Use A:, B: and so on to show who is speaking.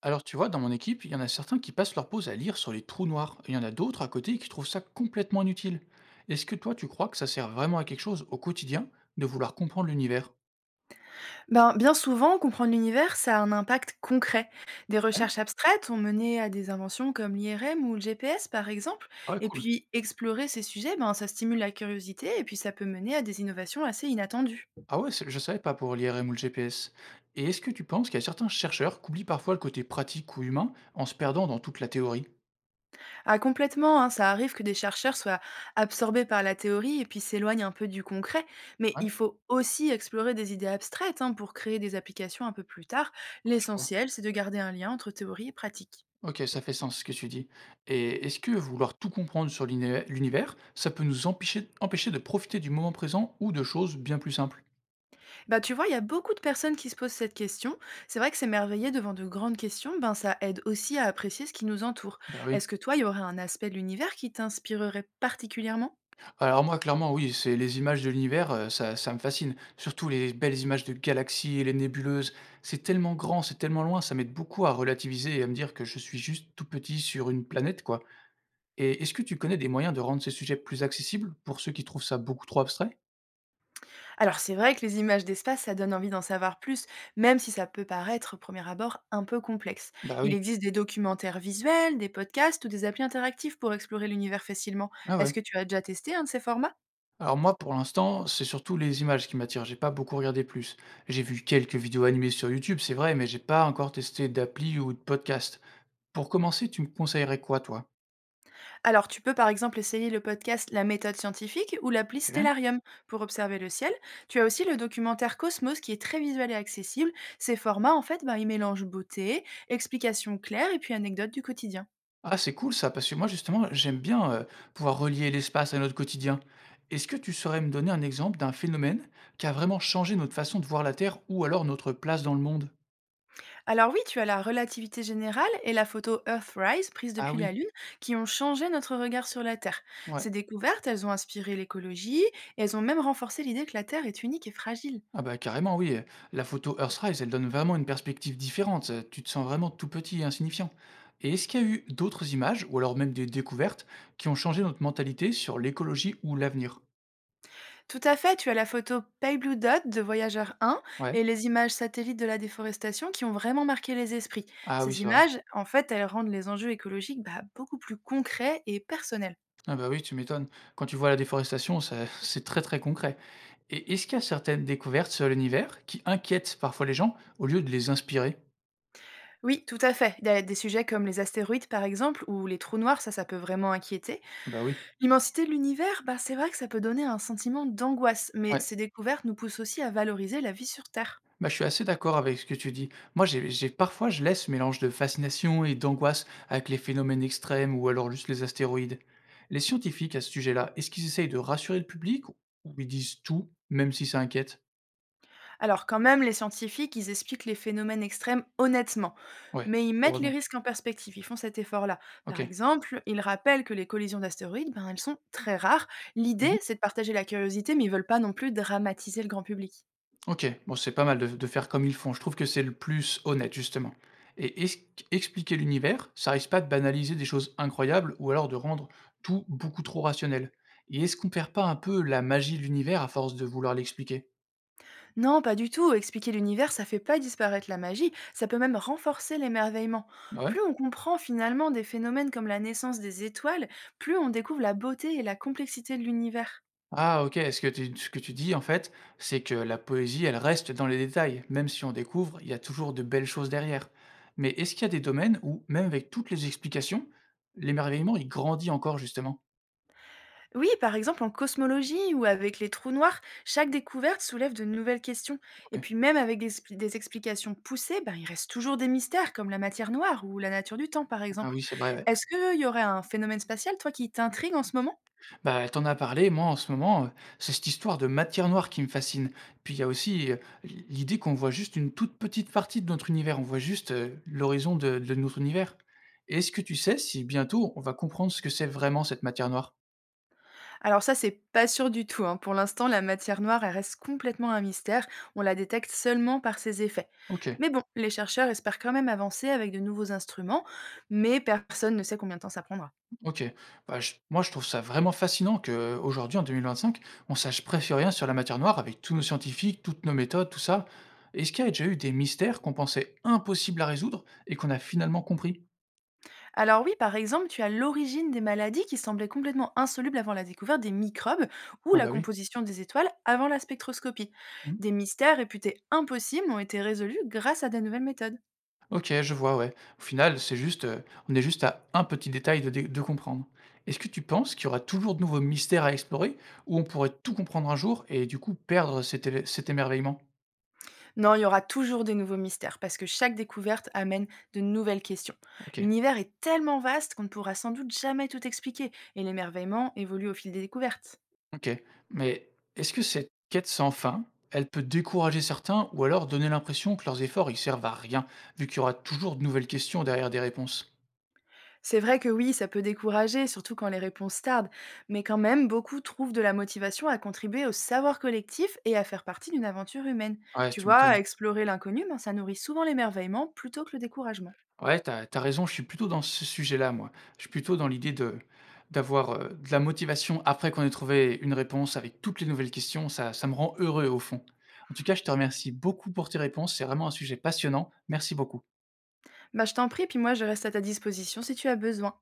A: Alors tu vois, dans mon équipe, il y en a certains qui passent leur pause à lire sur les trous noirs, et il y en a d'autres à côté qui trouvent ça complètement inutile. Est-ce que toi, tu crois que ça sert vraiment à quelque chose au quotidien de vouloir comprendre l'univers?
B: Ben, bien souvent, comprendre l'univers, ça a un impact concret. Des
A: Ouais,
B: recherches abstraites ont mené à des inventions comme l'IRM ou le GPS, par exemple.
A: ouais,
B: Et
A: cool.
B: puis, explorer ces sujets, ben, ça stimule la curiosité et puis ça peut mener à des innovations assez inattendues.
A: Ah ouais, je savais pas pour l'IRM ou le GPS. Et est-ce que tu penses qu'il y a certains chercheurs qui oublient parfois le côté pratique ou humain en se perdant dans toute la théorie?
B: Ah, complètement, hein, ça arrive que des chercheurs soient absorbés par la théorie et puis s'éloignent un peu du concret. Mais
A: Ouais, ouais,
B: il faut aussi explorer des idées abstraites hein, pour créer des applications un peu plus tard.
A: je vois.
B: L'essentiel, c'est de garder un lien entre théorie et pratique.
A: Ok, ça fait sens ce que tu dis. Et est-ce que vouloir tout comprendre sur l'univers, ça peut nous empêcher, de profiter du moment présent ou de choses bien plus simples?
B: Bah, tu vois, il y a beaucoup de personnes qui se posent cette question. C'est vrai que s'émerveiller devant de grandes questions, ben, ça aide aussi à apprécier ce qui nous entoure.
A: Bah oui.
B: Est-ce que toi, il y aurait un aspect de l'univers qui t'inspirerait particulièrement?
A: Alors moi, clairement, oui, c'est les images de l'univers, ça me fascine. Surtout les belles images de galaxies et les nébuleuses. C'est tellement grand, c'est tellement loin, ça m'aide beaucoup à relativiser et à me dire que je suis juste tout petit sur une planète, quoi. Et est-ce que tu connais des moyens de rendre ces sujets plus accessibles pour ceux qui trouvent ça beaucoup trop abstrait?
B: Alors, c'est vrai que les images d'espace, ça donne envie d'en savoir plus, même si ça peut paraître, au premier abord, un peu complexe.
A: Bah
B: Il
A: oui.
B: existe des documentaires visuels, des podcasts ou des applis interactifs pour explorer l'univers facilement.
A: Ah ouais.
B: Est-ce que tu as déjà testé un de ces formats?
A: Alors moi, pour l'instant, c'est surtout les images qui m'attirent, j'ai pas beaucoup regardé plus. J'ai vu quelques vidéos animées sur YouTube, c'est vrai, mais j'ai pas encore testé d'appli ou de podcast. Pour commencer, tu me conseillerais quoi, toi?
B: Alors, tu peux par exemple essayer le podcast La méthode scientifique ou l'appli
A: OK.
B: Stellarium pour observer le ciel. Tu as aussi le documentaire Cosmos qui est très visuel et accessible. Ces formats, en fait, ben, ils mélangent beauté, explications claires et puis anecdotes du quotidien.
A: Ah, c'est cool ça, parce que moi justement, j'aime bien, pouvoir relier l'espace à notre quotidien. Est-ce que tu saurais me donner un exemple d'un phénomène qui a vraiment changé notre façon de voir la Terre ou alors notre place dans le monde?
B: Alors oui, tu as la relativité générale et la photo Earthrise prise
A: Ah
B: depuis la
A: oui,
B: Lune qui ont changé notre regard sur la Terre.
A: ouais.
B: Ces découvertes, elles ont inspiré l'écologie et elles ont même renforcé l'idée que la Terre est unique et fragile.
A: Ah bah carrément oui, la photo Earthrise, elle donne vraiment une perspective différente, tu te sens vraiment tout petit et insignifiant. Et est-ce qu'il y a eu d'autres images ou alors même des découvertes qui ont changé notre mentalité sur l'écologie ou l'avenir?
B: Tout à fait, tu as la photo Pale Blue Dot de Voyageur 1
A: Ouais.
B: et les images satellites de la déforestation qui ont vraiment marqué les esprits.
A: Ah oui,
B: Ces
A: c'est vrai.
B: images, en fait, elles rendent les enjeux écologiques bah, beaucoup plus concrets et personnels.
A: Ah bah oui, tu m'étonnes. Quand tu vois la déforestation, ça c'est très, très concret. Et est-ce qu'il y a certaines découvertes sur l'univers qui inquiètent parfois les gens au lieu de les inspirer?
B: Oui, tout à fait. Il y a des sujets comme les astéroïdes, par exemple, ou les trous noirs, ça peut vraiment inquiéter.
A: Bah oui.
B: L'immensité de l'univers, bah, c'est vrai que ça peut donner un sentiment d'angoisse, mais
A: Ouais,
B: ces découvertes nous poussent aussi à valoriser la vie sur Terre.
A: bah, je suis assez d'accord avec ce que tu dis. Moi, j'ai parfois, je laisse ce mélange de fascination et d'angoisse avec les phénomènes extrêmes ou alors juste les astéroïdes. Les scientifiques à ce sujet-là, est-ce qu'ils essayent de rassurer le public ou ils disent tout, même si ça inquiète?
B: Alors quand même, les scientifiques, ils expliquent les phénomènes extrêmes honnêtement,
A: Ouais,
B: mais ils mettent les
A: heureusement.
B: risques en perspective, ils font cet effort-là.
A: Ok.
B: Par exemple, ils rappellent que les collisions d'astéroïdes, ben, elles sont très rares. L'idée, c'est de partager la curiosité, mais ils veulent pas non plus dramatiser le grand public.
A: OK, bon, c'est pas mal de faire comme ils font. Je trouve que c'est le plus honnête, justement. Et est-ce l'univers, ça risque pas de banaliser des choses incroyables ou alors de rendre tout beaucoup trop rationnel? Et est-ce qu'on perd pas un peu la magie de l'univers à force de vouloir l'expliquer?
B: Non, pas du tout, expliquer l'univers, ça fait pas disparaître la magie, ça peut même renforcer l'émerveillement.
A: Mmh. Ah ouais?
B: Plus on comprend finalement des phénomènes comme la naissance des étoiles, plus on découvre la beauté et la complexité de l'univers.
A: Ah OK, est-ce que tu ce que tu dis, en fait, c'est que la poésie, elle reste dans les détails. Même si on découvre, il y a toujours de belles choses derrière. Mais est-ce qu'il y a des domaines où, même avec toutes les explications, l'émerveillement, il grandit encore, justement?
B: Oui, par exemple en cosmologie ou avec les trous noirs, chaque découverte soulève de nouvelles questions. Et
A: OK.
B: puis même avec des explications poussées, ben, il reste toujours des mystères comme la matière noire ou la nature du temps par
A: Ah
B: exemple.
A: oui, c'est vrai, ouais.
B: Est-ce qu'il y aurait un phénomène spatial, toi, qui t'intrigue en ce moment?
A: Bah, t'en as parlé, moi en ce moment, c'est cette histoire de matière noire qui me fascine. Puis il y a aussi, l'idée qu'on voit juste une toute petite partie de notre univers, on voit juste, l'horizon de notre univers. Est-ce que tu sais si bientôt on va comprendre ce que c'est vraiment cette matière noire?
B: Alors ça, c'est pas sûr du tout, hein. Pour l'instant, la matière noire, elle reste complètement un mystère. On la détecte seulement par ses effets.
A: OK,
B: Mais bon, les chercheurs espèrent quand même avancer avec de nouveaux instruments, mais personne ne sait combien de temps ça prendra.
A: OK. Bah, je moi je trouve ça vraiment fascinant qu'aujourd'hui en 2025, on sache presque rien sur la matière noire avec tous nos scientifiques, toutes nos méthodes, tout ça. Est-ce qu'il y a déjà eu des mystères qu'on pensait impossibles à résoudre et qu'on a finalement compris?
B: Alors oui, par exemple, tu as l'origine des maladies qui semblaient complètement insolubles avant la découverte des microbes ou
A: Ah
B: la
A: bah oui.
B: composition des étoiles avant la spectroscopie.
A: Mmh.
B: Des mystères réputés impossibles ont été résolus grâce à des nouvelles méthodes.
A: OK, je vois, ouais. Au final, c'est juste, on est juste à un petit détail de dé de comprendre. Est-ce que tu penses qu'il y aura toujours de nouveaux mystères à explorer ou on pourrait tout comprendre un jour et du coup perdre cet émerveillement?
B: Non, il y aura toujours des nouveaux mystères parce que chaque découverte amène de nouvelles questions.
A: OK,
B: L'univers est tellement vaste qu'on ne pourra sans doute jamais tout expliquer et l'émerveillement évolue au fil des découvertes.
A: OK. Mais est-ce que cette quête sans fin, elle peut décourager certains ou alors donner l'impression que leurs efforts, ils servent à rien, vu qu'il y aura toujours de nouvelles questions derrière des réponses?
B: C'est vrai que oui, ça peut décourager, surtout quand les réponses tardent, mais quand même, beaucoup trouvent de la motivation à contribuer au savoir collectif et à faire partie d'une aventure humaine.
A: Ouais,
B: Tu
A: tu
B: vois,
A: m'étonnes.
B: explorer l'inconnu, ben, ça nourrit souvent l'émerveillement plutôt que le découragement.
A: Ouais, t'as as raison, je suis plutôt dans ce sujet-là, moi. Je suis plutôt dans l'idée de de la motivation après qu'on ait trouvé une réponse avec toutes les nouvelles questions, ça me rend heureux, au fond. En tout cas, je te remercie beaucoup pour tes réponses, c'est vraiment un sujet passionnant. Merci beaucoup.
B: Bah, je t'en prie, puis moi, je reste à ta disposition si tu as besoin.